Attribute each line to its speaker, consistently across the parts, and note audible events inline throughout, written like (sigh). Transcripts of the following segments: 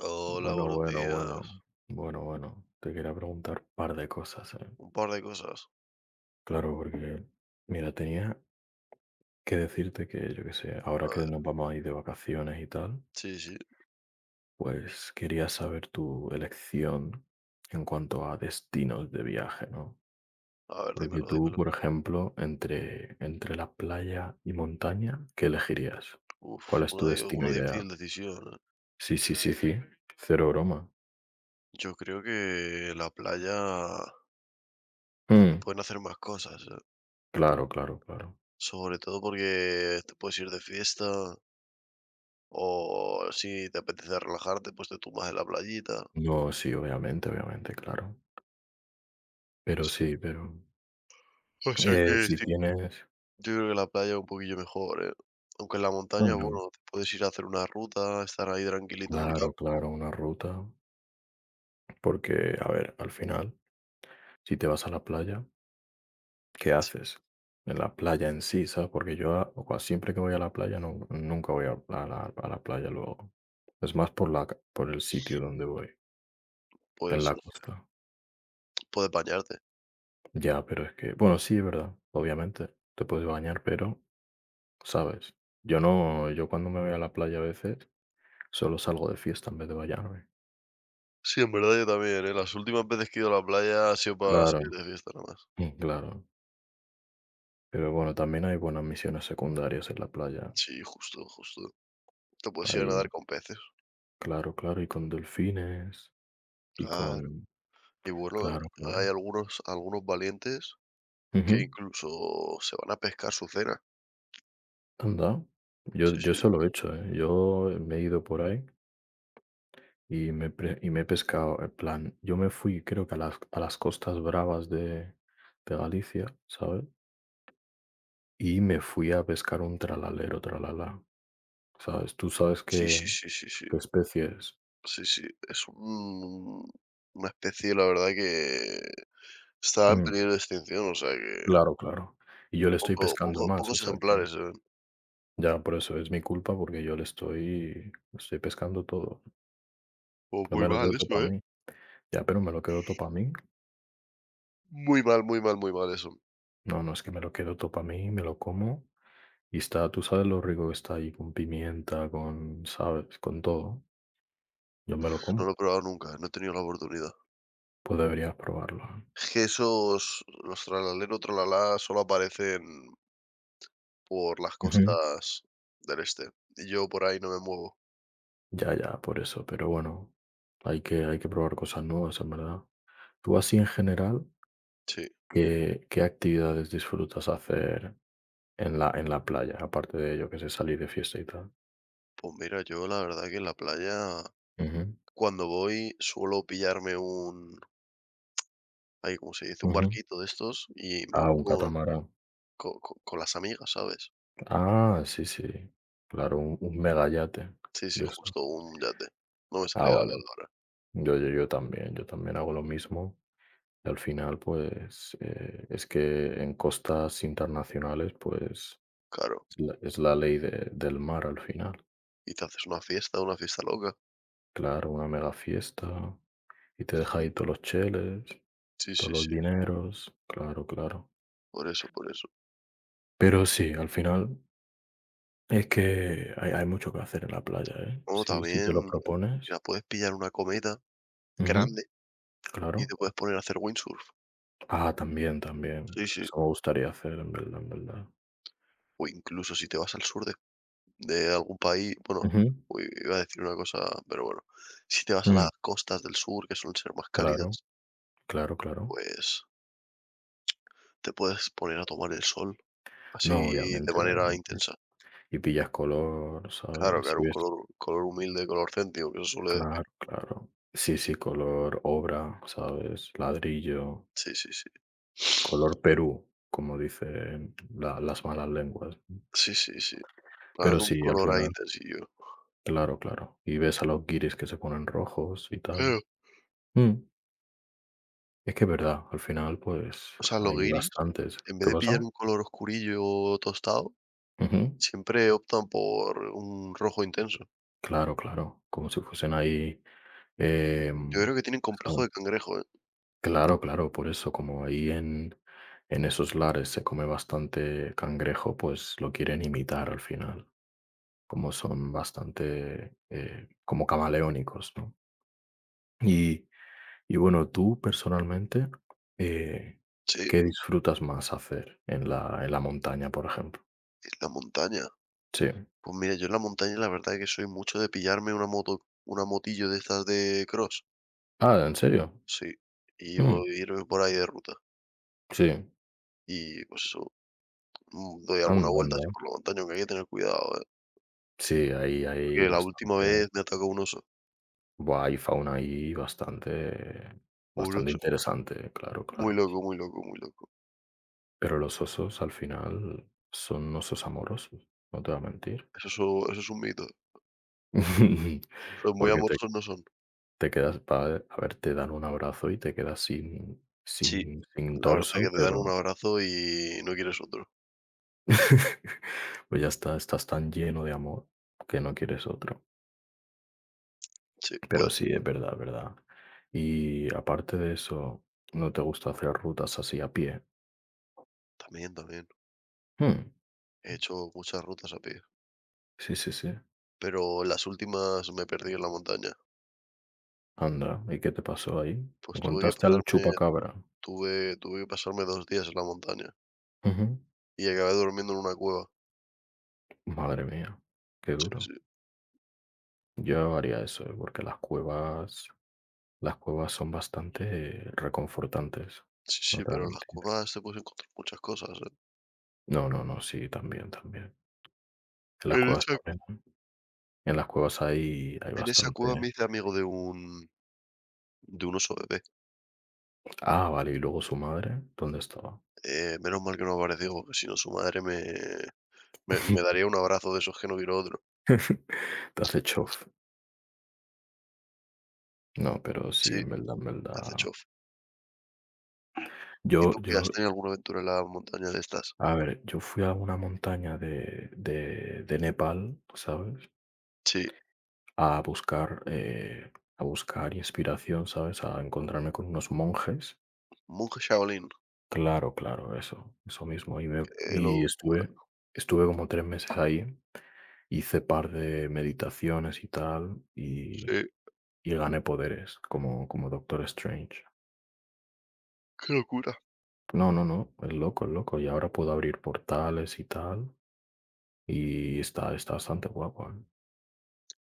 Speaker 1: Hola,
Speaker 2: Bueno,
Speaker 1: buenos
Speaker 2: bueno,
Speaker 1: días.
Speaker 2: bueno, bueno, bueno. Te quería preguntar un par de cosas, ¿eh?
Speaker 1: Un par de cosas.
Speaker 2: Claro, porque, mira, tenía que decirte que, yo qué sé,
Speaker 1: A
Speaker 2: ahora
Speaker 1: ver,
Speaker 2: que nos vamos a ir de vacaciones y tal,
Speaker 1: sí, sí.
Speaker 2: pues quería saber tu elección en cuanto a destinos de viaje, ¿no?
Speaker 1: A ver,
Speaker 2: Porque
Speaker 1: dímelo,
Speaker 2: tú,
Speaker 1: dímelo.
Speaker 2: por ejemplo, entre la playa y montaña, ¿qué elegirías?
Speaker 1: Uf,
Speaker 2: ¿Cuál es tu
Speaker 1: una, di-
Speaker 2: destino
Speaker 1: una
Speaker 2: ideal?
Speaker 1: difícil decisión, ¿eh?
Speaker 2: Sí, sí, sí, sí. Cero broma.
Speaker 1: Yo creo que la playa se
Speaker 2: Mm,
Speaker 1: pueden hacer más cosas, ¿eh?
Speaker 2: Claro, claro, claro.
Speaker 1: Sobre todo porque te puedes ir de fiesta o si te apetece relajarte, pues te tumbas en la playita.
Speaker 2: No, sí, obviamente, obviamente, claro. Pero sí, pero,
Speaker 1: O sea que
Speaker 2: si
Speaker 1: sí,
Speaker 2: tienes
Speaker 1: yo creo que la playa es un poquillo mejor, ¿eh? Aunque en la montaña,
Speaker 2: bueno,
Speaker 1: bueno, te puedes ir a hacer una ruta, estar ahí tranquilito en el
Speaker 2: claro,
Speaker 1: campo,
Speaker 2: claro, una ruta, porque, a ver, al final, si te vas a la playa, ¿qué haces? En la playa en sí, ¿sabes? Porque yo a cua siempre que voy a la playa, no nunca voy a a la playa luego. Es más por la ca por el sitio donde voy, en
Speaker 1: pues
Speaker 2: la
Speaker 1: no sé,
Speaker 2: costa.
Speaker 1: puedes bañarte.
Speaker 2: Ya, pero es que bueno, sí, es verdad, obviamente, te puedes bañar, pero, ¿sabes? Yo no yo cuando me voy a la playa a veces, solo salgo de fiesta en vez de bañarme.
Speaker 1: Sí, en verdad yo también, ¿eh? Las últimas veces que he ido a la playa ha sido para
Speaker 2: Claro.
Speaker 1: salir de fiesta nada más.
Speaker 2: Claro, pero bueno, también hay buenas misiones secundarias en la playa.
Speaker 1: Sí, justo, justo. Te puedes ir a
Speaker 2: Hay,
Speaker 1: nadar con peces,
Speaker 2: claro, claro, y con delfines y
Speaker 1: claro.
Speaker 2: con...
Speaker 1: Y bueno,
Speaker 2: Claro,
Speaker 1: hay
Speaker 2: claro.
Speaker 1: algunos, algunos valientes que
Speaker 2: Ujú.
Speaker 1: incluso se van a pescar su cena.
Speaker 2: Anda. Yo,
Speaker 1: Sí,
Speaker 2: yo
Speaker 1: sí.
Speaker 2: eso lo he hecho, ¿eh? Yo me he ido por ahí y me, pre- y me he pescado, en plan, yo me fui creo que a las costas bravas de Galicia, ¿sabes? Y me fui a pescar un tralalero, tralala, ¿sabes? Tú sabes
Speaker 1: Sí, sí,
Speaker 2: qué,
Speaker 1: sí, sí, sí.
Speaker 2: qué especie es.
Speaker 1: Sí, sí. Una especie, la verdad, que está en
Speaker 2: Mm,
Speaker 1: peligro de extinción, o sea que
Speaker 2: claro, claro. Y yo le estoy
Speaker 1: poco,
Speaker 2: pescando
Speaker 1: poco,
Speaker 2: más, o
Speaker 1: pocos
Speaker 2: sea que...
Speaker 1: ejemplares se ven.
Speaker 2: Ya, por eso es mi culpa, porque yo le estoy pescando todo.
Speaker 1: Oh,
Speaker 2: No
Speaker 1: muy
Speaker 2: me lo
Speaker 1: mal
Speaker 2: quedo todo
Speaker 1: eso,
Speaker 2: para
Speaker 1: ¿eh?
Speaker 2: mí. Ya, pero me lo quedo todo para mí.
Speaker 1: Muy mal, muy mal, muy mal eso.
Speaker 2: No, no es que me lo quedo todo para mí, me lo como y está, tú sabes lo rico que está ahí con pimienta, con, ¿sabes? Con todo. Yo me lo
Speaker 1: No
Speaker 2: como.
Speaker 1: lo he probado nunca, no he tenido la oportunidad.
Speaker 2: Pues deberías probarlo.
Speaker 1: Que esos, los Tralalero Tralalá solo aparecen por las
Speaker 2: Ujú.
Speaker 1: costas del este. Y yo por ahí no me muevo.
Speaker 2: Ya, ya, por eso. Pero bueno, hay que probar cosas nuevas, en verdad. Tú así en general,
Speaker 1: Sí.
Speaker 2: ¿qué actividades disfrutas hacer en la playa? Aparte de ello, que es salir de fiesta y tal.
Speaker 1: Pues mira, yo la verdad que en la playa,
Speaker 2: Ujú.
Speaker 1: cuando voy, suelo pillarme un, ahí, ¿cómo se dice? Un
Speaker 2: Ujú.
Speaker 1: barquito de estos y me voy
Speaker 2: Ah, un
Speaker 1: con,
Speaker 2: catamarán.
Speaker 1: con, las amigas, ¿sabes?
Speaker 2: Ah, sí, sí. Claro, un megayate
Speaker 1: Sí, sí,
Speaker 2: de eso.
Speaker 1: justo un yate. No me
Speaker 2: Ah,
Speaker 1: salía la
Speaker 2: vale.
Speaker 1: palabra.
Speaker 2: Yo también, yo también hago lo mismo. Y al final, pues, es que en costas internacionales, pues,
Speaker 1: Claro.
Speaker 2: es la ley de- del mar al final.
Speaker 1: Y te haces una fiesta loca.
Speaker 2: Claro, una mega fiesta y te deja ahí todos los cheles,
Speaker 1: Sí,
Speaker 2: todos
Speaker 1: sí,
Speaker 2: los
Speaker 1: sí.
Speaker 2: dineros. Claro, claro.
Speaker 1: Por eso, por eso.
Speaker 2: Pero sí, al final es que hay mucho que hacer en la playa, ¿eh?
Speaker 1: O
Speaker 2: Si, si te lo
Speaker 1: también,
Speaker 2: propones.
Speaker 1: mira, puedes pillar una cometa
Speaker 2: Ujú.
Speaker 1: grande y
Speaker 2: Claro.
Speaker 1: te puedes poner a hacer windsurf.
Speaker 2: Ah, también, también.
Speaker 1: Sí, sí.
Speaker 2: Eso me gustaría hacer, en verdad, en verdad.
Speaker 1: O incluso si te vas al sur de algún país, bueno,
Speaker 2: Ujú.
Speaker 1: uy, iba a decir una cosa, pero bueno, si te vas a
Speaker 2: Mm,
Speaker 1: las costas del sur, que suelen ser más
Speaker 2: claro,
Speaker 1: cálidas,
Speaker 2: claro, claro.
Speaker 1: pues te puedes poner a tomar el sol
Speaker 2: No,
Speaker 1: así de
Speaker 2: obviamente,
Speaker 1: manera
Speaker 2: obviamente.
Speaker 1: intensa.
Speaker 2: Y pillas color,
Speaker 1: Claro,
Speaker 2: ¿sabes? Si
Speaker 1: claro, un
Speaker 2: ves,
Speaker 1: color color humilde, color céntrico, que se suele
Speaker 2: claro,
Speaker 1: decir.
Speaker 2: claro. Sí, sí, color obra, ¿sabes? Ladrillo,
Speaker 1: Sí, sí, sí.
Speaker 2: color Perú, como dicen la- las malas lenguas, ¿no?
Speaker 1: Sí, sí, sí. Para
Speaker 2: Pero
Speaker 1: un
Speaker 2: sí, al
Speaker 1: color ahí
Speaker 2: final,
Speaker 1: intensillo.
Speaker 2: claro, claro. Y ves a los guiris que se ponen rojos y tal.
Speaker 1: Claro.
Speaker 2: Mm, Es que es verdad, al final, pues
Speaker 1: O sea, los
Speaker 2: hay
Speaker 1: guiris,
Speaker 2: bastantes.
Speaker 1: en vez
Speaker 2: ¿Qué
Speaker 1: de pillar
Speaker 2: pasó?
Speaker 1: un color oscurillo tostado, siempre optan por un rojo intenso.
Speaker 2: Claro, claro, como si fuesen ahí,
Speaker 1: Yo
Speaker 2: em,
Speaker 1: creo que tienen
Speaker 2: ¿sabe?
Speaker 1: complejo de cangrejo, ¿eh?
Speaker 2: Claro, claro, por eso, como ahí en esos lares se come bastante cangrejo, pues lo quieren imitar al final, como son bastante, como camaleónicos, ¿no? Y, y bueno, tú personalmente, eh,
Speaker 1: Sí,
Speaker 2: ¿qué disfrutas más hacer en la montaña, por ejemplo?
Speaker 1: en la montaña.
Speaker 2: Sí.
Speaker 1: Pues mira, yo en la montaña la verdad es que soy mucho de pillarme una moto, una motillo de estas de cross,
Speaker 2: Ah, ¿en serio?
Speaker 1: sí, y
Speaker 2: Mm,
Speaker 1: voy irme por ahí de ruta.
Speaker 2: sí.
Speaker 1: Y pues eso, doy alguna
Speaker 2: Anda,
Speaker 1: vuelta
Speaker 2: anda.
Speaker 1: así por la montaña, aunque hay que tener cuidado, ¿eh?
Speaker 2: Sí, ahí hay
Speaker 1: Porque la última
Speaker 2: bastante.
Speaker 1: vez me atacó un oso,
Speaker 2: Buah, hay fauna ahí bastante,
Speaker 1: un
Speaker 2: bastante
Speaker 1: oso.
Speaker 2: interesante, claro,
Speaker 1: Muy
Speaker 2: claro.
Speaker 1: loco, muy loco, muy loco.
Speaker 2: Pero los osos al final son osos amorosos, no te voy a mentir.
Speaker 1: Eso es un mito.
Speaker 2: (laughs)
Speaker 1: Son muy
Speaker 2: Porque te,
Speaker 1: amorosos no son.
Speaker 2: te quedas, pa- a ver, te dan un abrazo y te quedas sin,
Speaker 1: Sí,
Speaker 2: sin, sin
Speaker 1: la verdad es
Speaker 2: torso,
Speaker 1: que te dan un
Speaker 2: pero
Speaker 1: abrazo y no quieres otro.
Speaker 2: (laughs) pues ya está, estás tan lleno de amor que no quieres otro.
Speaker 1: Sí, puede
Speaker 2: Pero sí,
Speaker 1: ser.
Speaker 2: es verdad, es verdad. Y aparte de eso, ¿no te gusta hacer rutas así a pie?
Speaker 1: También, también.
Speaker 2: Hmm,
Speaker 1: He hecho muchas rutas a pie.
Speaker 2: Sí, sí, sí.
Speaker 1: Pero las últimas me perdí en la montaña.
Speaker 2: Anda, ¿y qué te pasó ahí?
Speaker 1: Pues tuve que
Speaker 2: ¿Encontraste al
Speaker 1: pasarme
Speaker 2: chupacabra?
Speaker 1: tuve tuve que pasarme 2 días en la montaña
Speaker 2: Ujú.
Speaker 1: y acabé durmiendo en una cueva.
Speaker 2: Madre mía, qué
Speaker 1: Sí,
Speaker 2: duro.
Speaker 1: sí,
Speaker 2: Yo haría eso, ¿eh? Porque las cuevas son bastante reconfortantes.
Speaker 1: sí,
Speaker 2: No
Speaker 1: sí,
Speaker 2: te voy
Speaker 1: pero
Speaker 2: a
Speaker 1: en las
Speaker 2: mentir.
Speaker 1: cuevas te puedes encontrar muchas cosas, ¿eh?
Speaker 2: No, no, no, sí, también, también. En las
Speaker 1: En
Speaker 2: cuevas
Speaker 1: esa
Speaker 2: también, ¿eh? En las cuevas hay, hay
Speaker 1: en esa cueva
Speaker 2: bastante.
Speaker 1: me hice amigo de un oso bebé.
Speaker 2: Ah, vale, y luego su madre, ¿dónde estaba?
Speaker 1: Menos mal que no apareció, porque si no su madre me daría un abrazo de esos que no quiero otro.
Speaker 2: (laughs) Te hace chof. No, pero sí,
Speaker 1: Sí,
Speaker 2: en verdad, en
Speaker 1: hace
Speaker 2: verdad.
Speaker 1: chof. ¿Y
Speaker 2: Yo,
Speaker 1: tú qué? ¿Has
Speaker 2: yo,
Speaker 1: tenido alguna aventura en la montaña de estas?
Speaker 2: A ver, yo fui a una montaña de Nepal, ¿sabes?
Speaker 1: Sí,
Speaker 2: A buscar, eh, a buscar inspiración, ¿sabes? A encontrarme con unos monjes.
Speaker 1: monje Shaolin,
Speaker 2: Claro, claro, eso mismo. Y, me,
Speaker 1: qué
Speaker 2: y
Speaker 1: locura.
Speaker 2: estuve, estuve como tres meses ahí, hice par de meditaciones y tal,
Speaker 1: Sí,
Speaker 2: y gané poderes, como, como Doctor Strange.
Speaker 1: qué locura.
Speaker 2: No, no, no, es loco, es loco. Y ahora puedo abrir portales y tal, y está, está bastante guapo, ¿eh?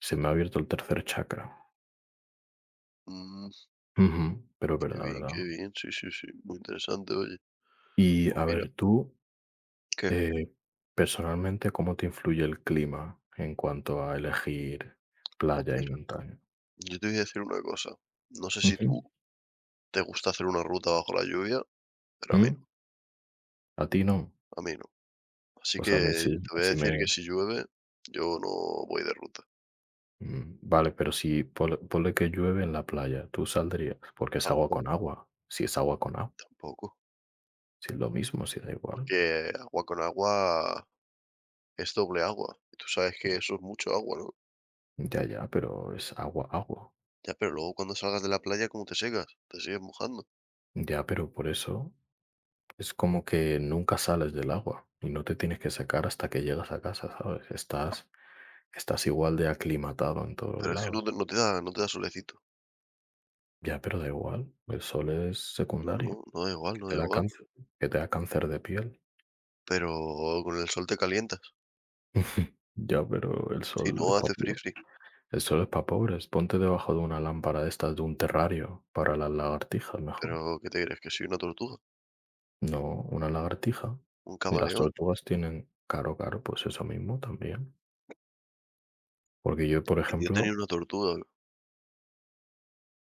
Speaker 2: Se me ha abierto el tercer chakra.
Speaker 1: Mm.
Speaker 2: Ujú, pero
Speaker 1: Qué
Speaker 2: verdad,
Speaker 1: bien,
Speaker 2: verdad.
Speaker 1: qué bien. Sí, sí, sí. Muy interesante, oye.
Speaker 2: Y
Speaker 1: Pues
Speaker 2: a
Speaker 1: mira,
Speaker 2: ver, tú,
Speaker 1: ¿qué?
Speaker 2: eh, personalmente, ¿cómo te influye el clima en cuanto a elegir
Speaker 1: Pues
Speaker 2: playa y
Speaker 1: mira,
Speaker 2: montaña?
Speaker 1: yo te voy a decir una cosa. No sé si
Speaker 2: Ujú.
Speaker 1: tú te gusta hacer una ruta bajo la lluvia, pero a mí no,
Speaker 2: mm, ¿A ti no?
Speaker 1: a mí no. Así que
Speaker 2: Pues a mí sí,
Speaker 1: yo te voy a
Speaker 2: así
Speaker 1: decir
Speaker 2: me
Speaker 1: que si llueve, yo no voy de ruta.
Speaker 2: vale, pero si ponle que llueve en la playa, ¿tú saldrías? Porque es agua con
Speaker 1: Tampoco,
Speaker 2: agua. Si es agua con agua,
Speaker 1: tampoco.
Speaker 2: si es lo mismo, si da igual.
Speaker 1: Porque agua con agua es doble agua. Y tú sabes que eso es mucho agua, ¿no?
Speaker 2: Ya, ya, pero es agua, agua.
Speaker 1: Ya, pero luego cuando salgas de la playa, ¿cómo te secas? Te sigues mojando.
Speaker 2: Ya, pero por eso es como que nunca sales del agua y no te tienes que secar hasta que llegas a casa, ¿sabes? Estás, estás igual de aclimatado en todos
Speaker 1: Pero es que no te,
Speaker 2: lados.
Speaker 1: no te da, no te da solecito.
Speaker 2: Ya, pero da igual, el sol es
Speaker 1: No, no,
Speaker 2: secundario,
Speaker 1: no da igual,
Speaker 2: que
Speaker 1: no
Speaker 2: te
Speaker 1: da
Speaker 2: da
Speaker 1: igual.
Speaker 2: cáncer, que te da cáncer de piel.
Speaker 1: Pero con el sol te calienta.
Speaker 2: (laughs) Ya, pero el
Speaker 1: Si
Speaker 2: sol es
Speaker 1: no,
Speaker 2: para
Speaker 1: hace fri
Speaker 2: pobres.
Speaker 1: fri,
Speaker 2: El sol es para pobres. Ponte debajo de una lámpara de estas de un terrario para las lagartijas, mejor.
Speaker 1: pero ¿qué te crees? ¿Que soy una tortuga?
Speaker 2: No, una lagartija.
Speaker 1: ¿Un
Speaker 2: Y las
Speaker 1: camaleón?
Speaker 2: tortugas tienen, caro, caro, pues eso mismo también. Porque yo, por
Speaker 1: Mi tío tenía
Speaker 2: ejemplo,
Speaker 1: una tortuga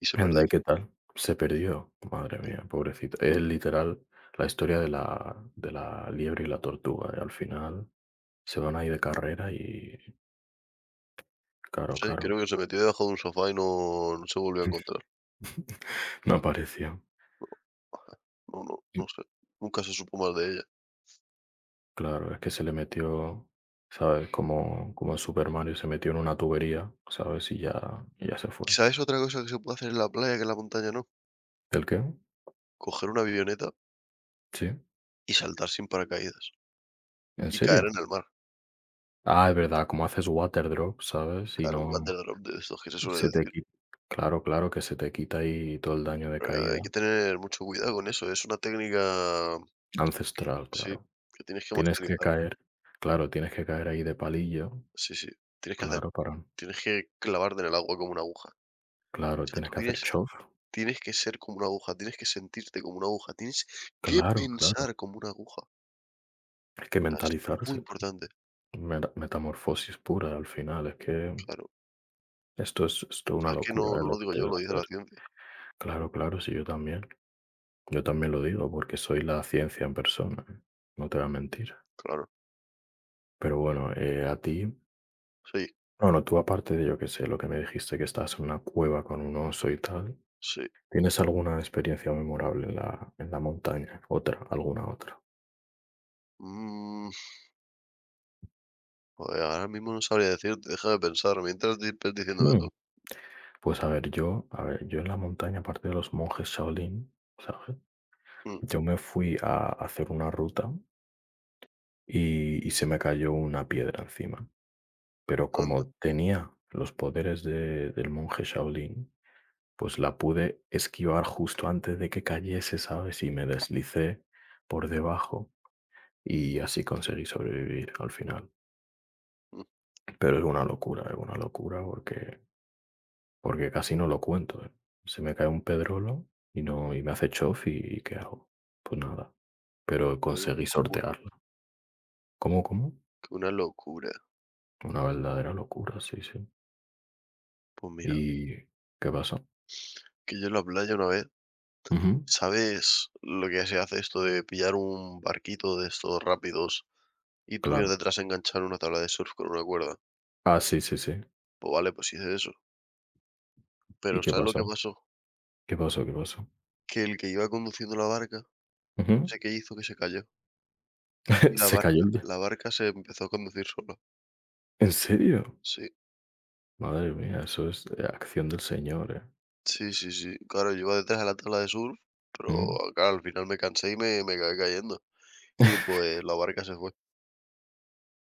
Speaker 1: y se
Speaker 2: anda,
Speaker 1: perdió.
Speaker 2: ¿y qué tal? Se perdió. Madre
Speaker 1: Eh,
Speaker 2: mía, pobrecito. Es literal la historia de la liebre y la tortuga, ¿eh? Al final se van ahí de carrera y caro,
Speaker 1: no sé,
Speaker 2: caro.
Speaker 1: creo que se metió debajo de un sofá y no se volvió a encontrar. (laughs)
Speaker 2: (laughs) No apareció.
Speaker 1: Ajá. No, no
Speaker 2: Y
Speaker 1: sé, nunca se supo más de ella.
Speaker 2: claro, es que se le metió, ¿sabes? Como, como en Super Mario se metió en una tubería, ¿sabes? Y ya se fue.
Speaker 1: ¿Y sabes otra cosa que se puede hacer en la playa que en la montaña no?
Speaker 2: ¿El qué?
Speaker 1: Coger una avioneta
Speaker 2: Sí.
Speaker 1: y saltar sin paracaídas
Speaker 2: ¿En
Speaker 1: y caer
Speaker 2: serio?
Speaker 1: en el mar,
Speaker 2: Ah, es verdad, como haces water drop, ¿sabes? Y
Speaker 1: caer un
Speaker 2: no
Speaker 1: what the drop de estos que se suele
Speaker 2: se te
Speaker 1: decir.
Speaker 2: quita. Claro, claro que se te quita ahí todo el daño de caída.
Speaker 1: Hay que tener mucho cuidado con eso, es una técnica
Speaker 2: Ancestral,
Speaker 1: sí,
Speaker 2: claro.
Speaker 1: que tienes que
Speaker 2: Tienes que
Speaker 1: masterizar.
Speaker 2: caer, claro, tienes que caer ahí de palillo,
Speaker 1: Sí, sí, tienes que hacer
Speaker 2: claro, para
Speaker 1: tienes que clavarte en el agua como una aguja. O
Speaker 2: claro,
Speaker 1: sea,
Speaker 2: tienes
Speaker 1: tú
Speaker 2: que hacer
Speaker 1: tienes
Speaker 2: chof,
Speaker 1: tienes que ser como una aguja, tienes que sentirte como una aguja, tienes que
Speaker 2: claro, claro.
Speaker 1: pensar como una aguja.
Speaker 2: Hay que
Speaker 1: Ah, es muy
Speaker 2: mentalizarse tú,
Speaker 1: importante,
Speaker 2: mera metamorfosis pura al final, es que
Speaker 1: claro.
Speaker 2: esto es
Speaker 1: O
Speaker 2: una
Speaker 1: sea, es que
Speaker 2: locura,
Speaker 1: no
Speaker 2: ¿eh?,
Speaker 1: no
Speaker 2: lo
Speaker 1: lo
Speaker 2: que
Speaker 1: digo yo,
Speaker 2: puedes
Speaker 1: lo dice
Speaker 2: hacer.
Speaker 1: la ciencia.
Speaker 2: Claro, claro, sí, yo también. Yo también lo digo porque soy la ciencia en persona, ¿eh? No te voy a mentir.
Speaker 1: Claro,
Speaker 2: Pero bueno, a ti
Speaker 1: sí,
Speaker 2: bueno, tú aparte de, yo que sé, lo que me dijiste que estabas en una cueva con un oso y tal,
Speaker 1: sí.
Speaker 2: ¿tienes alguna experiencia memorable en la montaña? Otra, alguna otra.
Speaker 1: Mm, joder, ahora mismo no sabría decirte, deja de pensar, mientras di ves diciéndome
Speaker 2: Mm.
Speaker 1: tú.
Speaker 2: Pues a ver, yo en la montaña, aparte de los monjes Shaolin, ¿sabes?
Speaker 1: Mm,
Speaker 2: Yo me fui a hacer una ruta y se me cayó una piedra encima, pero
Speaker 1: anda,
Speaker 2: como tenía los poderes de del monje Shaolin, pues la pude esquivar justo antes de que cayese, ¿sabes? Y me deslicé por debajo y así conseguí sobrevivir al final.
Speaker 1: mm,
Speaker 2: Pero es una locura, porque casi no lo cuento, ¿eh? Se me cae un pedrolo y no, y me hace chof y, ¿qué hago? Pues nada. Pero conseguí
Speaker 1: locura,
Speaker 2: sortearla. ¿Cómo, cómo?
Speaker 1: que una locura.
Speaker 2: Una verdadera locura, sí, sí.
Speaker 1: Pues mira,
Speaker 2: ¿Y qué pasó?
Speaker 1: que yo en la playa una vez,
Speaker 2: Ujú,
Speaker 1: ¿sabes lo que se hace esto de pillar un barquito de estos rápidos y tú ir
Speaker 2: claro.
Speaker 1: detrás a enganchar una tabla de surf con una cuerda?
Speaker 2: Ah, sí, sí, sí.
Speaker 1: Pues vale, pues hice eso.
Speaker 2: ¿Y
Speaker 1: Pero
Speaker 2: qué
Speaker 1: ¿sabes lo
Speaker 2: pasó?
Speaker 1: que pasó?
Speaker 2: ¿Qué pasó? ¿Qué pasó?
Speaker 1: Que el que iba conduciendo la barca, no
Speaker 2: Ujú.
Speaker 1: sé qué hizo, que se cayó.
Speaker 2: (laughs)
Speaker 1: Y la
Speaker 2: Se cayó
Speaker 1: barca
Speaker 2: el de
Speaker 1: la barca se empezó a conducir sola.
Speaker 2: ¿En serio?
Speaker 1: Sí,
Speaker 2: Madre mía, eso es, acción del señor, ¿eh?
Speaker 1: sí, sí, sí. Claro, yo iba detrás de la tabla de surf, pero
Speaker 2: Ujú.
Speaker 1: claro, al final me cansé y me acabé cayendo. Y pues la barca se fue.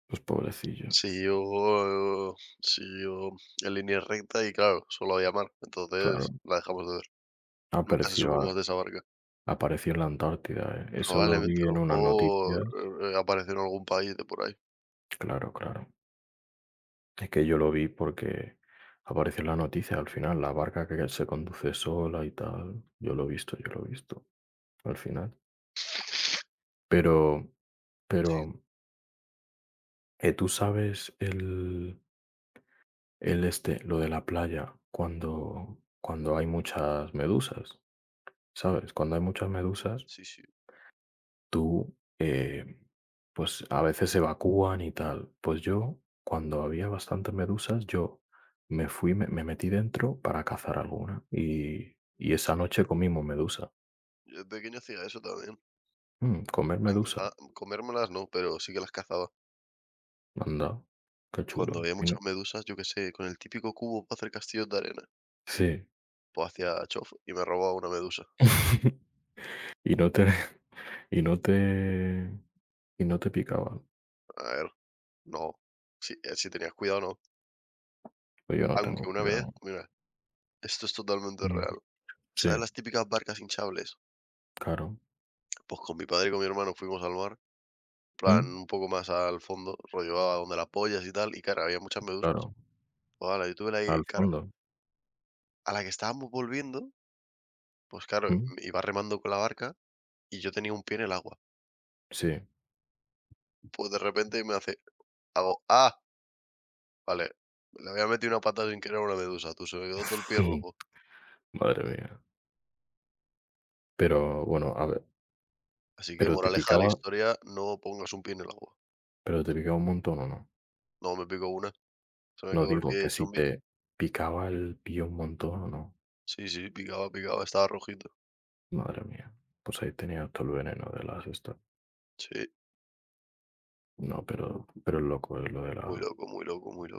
Speaker 2: Pues pobrecillo.
Speaker 1: Siguió Siguió en línea recta y claro, solo había mar. Entonces
Speaker 2: Claro.
Speaker 1: la dejamos de ver. Nunca se supo más
Speaker 2: Apareció
Speaker 1: de esa barca.
Speaker 2: apareció en la Antártida, ¿eh? Eso lo
Speaker 1: Probablemente,
Speaker 2: vi
Speaker 1: a
Speaker 2: en
Speaker 1: lo
Speaker 2: unas noticias.
Speaker 1: mejor, apareció en algún país de por ahí.
Speaker 2: Claro, claro. Es que yo lo vi porque apareció en la noticia al final, la barca que se conduce sola y tal. Yo lo he visto, yo lo he visto al final. Pero, pero,
Speaker 1: Sí,
Speaker 2: ¿tú sabes el este, lo de la playa, cuando, cuando hay muchas medusas? ¿Sabes? Cuando hay muchas medusas,
Speaker 1: sí, sí.
Speaker 2: tú, pues a veces evacúan y tal. Pues yo, cuando había bastantes medusas, yo me fui, me metí dentro para cazar alguna y esa
Speaker 1: Sí.
Speaker 2: noche comimos medusa.
Speaker 1: Yo de pequeño hacía eso también. En
Speaker 2: Mm, comer
Speaker 1: plan,
Speaker 2: medusa,
Speaker 1: caza comérmelas no, pero sí que las cazaba.
Speaker 2: anda, qué
Speaker 1: Cuando
Speaker 2: chulo.
Speaker 1: había
Speaker 2: Y no-
Speaker 1: muchas medusas, yo qué sé, con el típico cubo para hacer castillos de arena,
Speaker 2: sí.
Speaker 1: pues hacía chof y me robaba una medusa.
Speaker 2: (laughs) Y no te, y no te, y no te picaban.
Speaker 1: A ver, no. Si, si tenías cuidado, no.
Speaker 2: Pues yo no tengo
Speaker 1: Aunque una vez,
Speaker 2: cuidado.
Speaker 1: mira, esto es totalmente
Speaker 2: Mm,
Speaker 1: real. ¿Sabes
Speaker 2: Sí,
Speaker 1: las típicas barcas hinchables?
Speaker 2: claro.
Speaker 1: Pues con mi padre y con mi hermano fuimos al mar, en plan
Speaker 2: Mm,
Speaker 1: un poco más al fondo, rollo a donde las pollas y tal, y claro, había muchas medusas.
Speaker 2: claro,
Speaker 1: Pues ala, yo tuve la
Speaker 2: al
Speaker 1: i claro,
Speaker 2: fondo.
Speaker 1: a la que estábamos volviendo, pues claro,
Speaker 2: Mm,
Speaker 1: iba remando con la barca y yo tenía un pie en el agua.
Speaker 2: Sí.
Speaker 1: Pues de repente me hace, hago, ah, vale, le había metido una pata sin querer a una medusa, tú, se me quedó todo el pie rojo.
Speaker 2: (laughs) Madre mía. Pero bueno, a ver.
Speaker 1: Así que
Speaker 2: Pero te
Speaker 1: moraleja de la
Speaker 2: picaba
Speaker 1: historia, no pongas un pie en el agua.
Speaker 2: pero te picaba un montón, ¿o no?
Speaker 1: No, me picó una, se me
Speaker 2: No,
Speaker 1: quedó el
Speaker 2: digo que
Speaker 1: pie
Speaker 2: si
Speaker 1: zombie.
Speaker 2: te picaba el pío un montón, ¿o no?
Speaker 1: Sí, sí, picaba, picaba, estaba rojito.
Speaker 2: Madre mía, pues ahí tenía todo el veneno de las estas.
Speaker 1: Sí,
Speaker 2: No, pero es loco, es lo de
Speaker 1: muy
Speaker 2: la
Speaker 1: loco, muy loco, muy loco.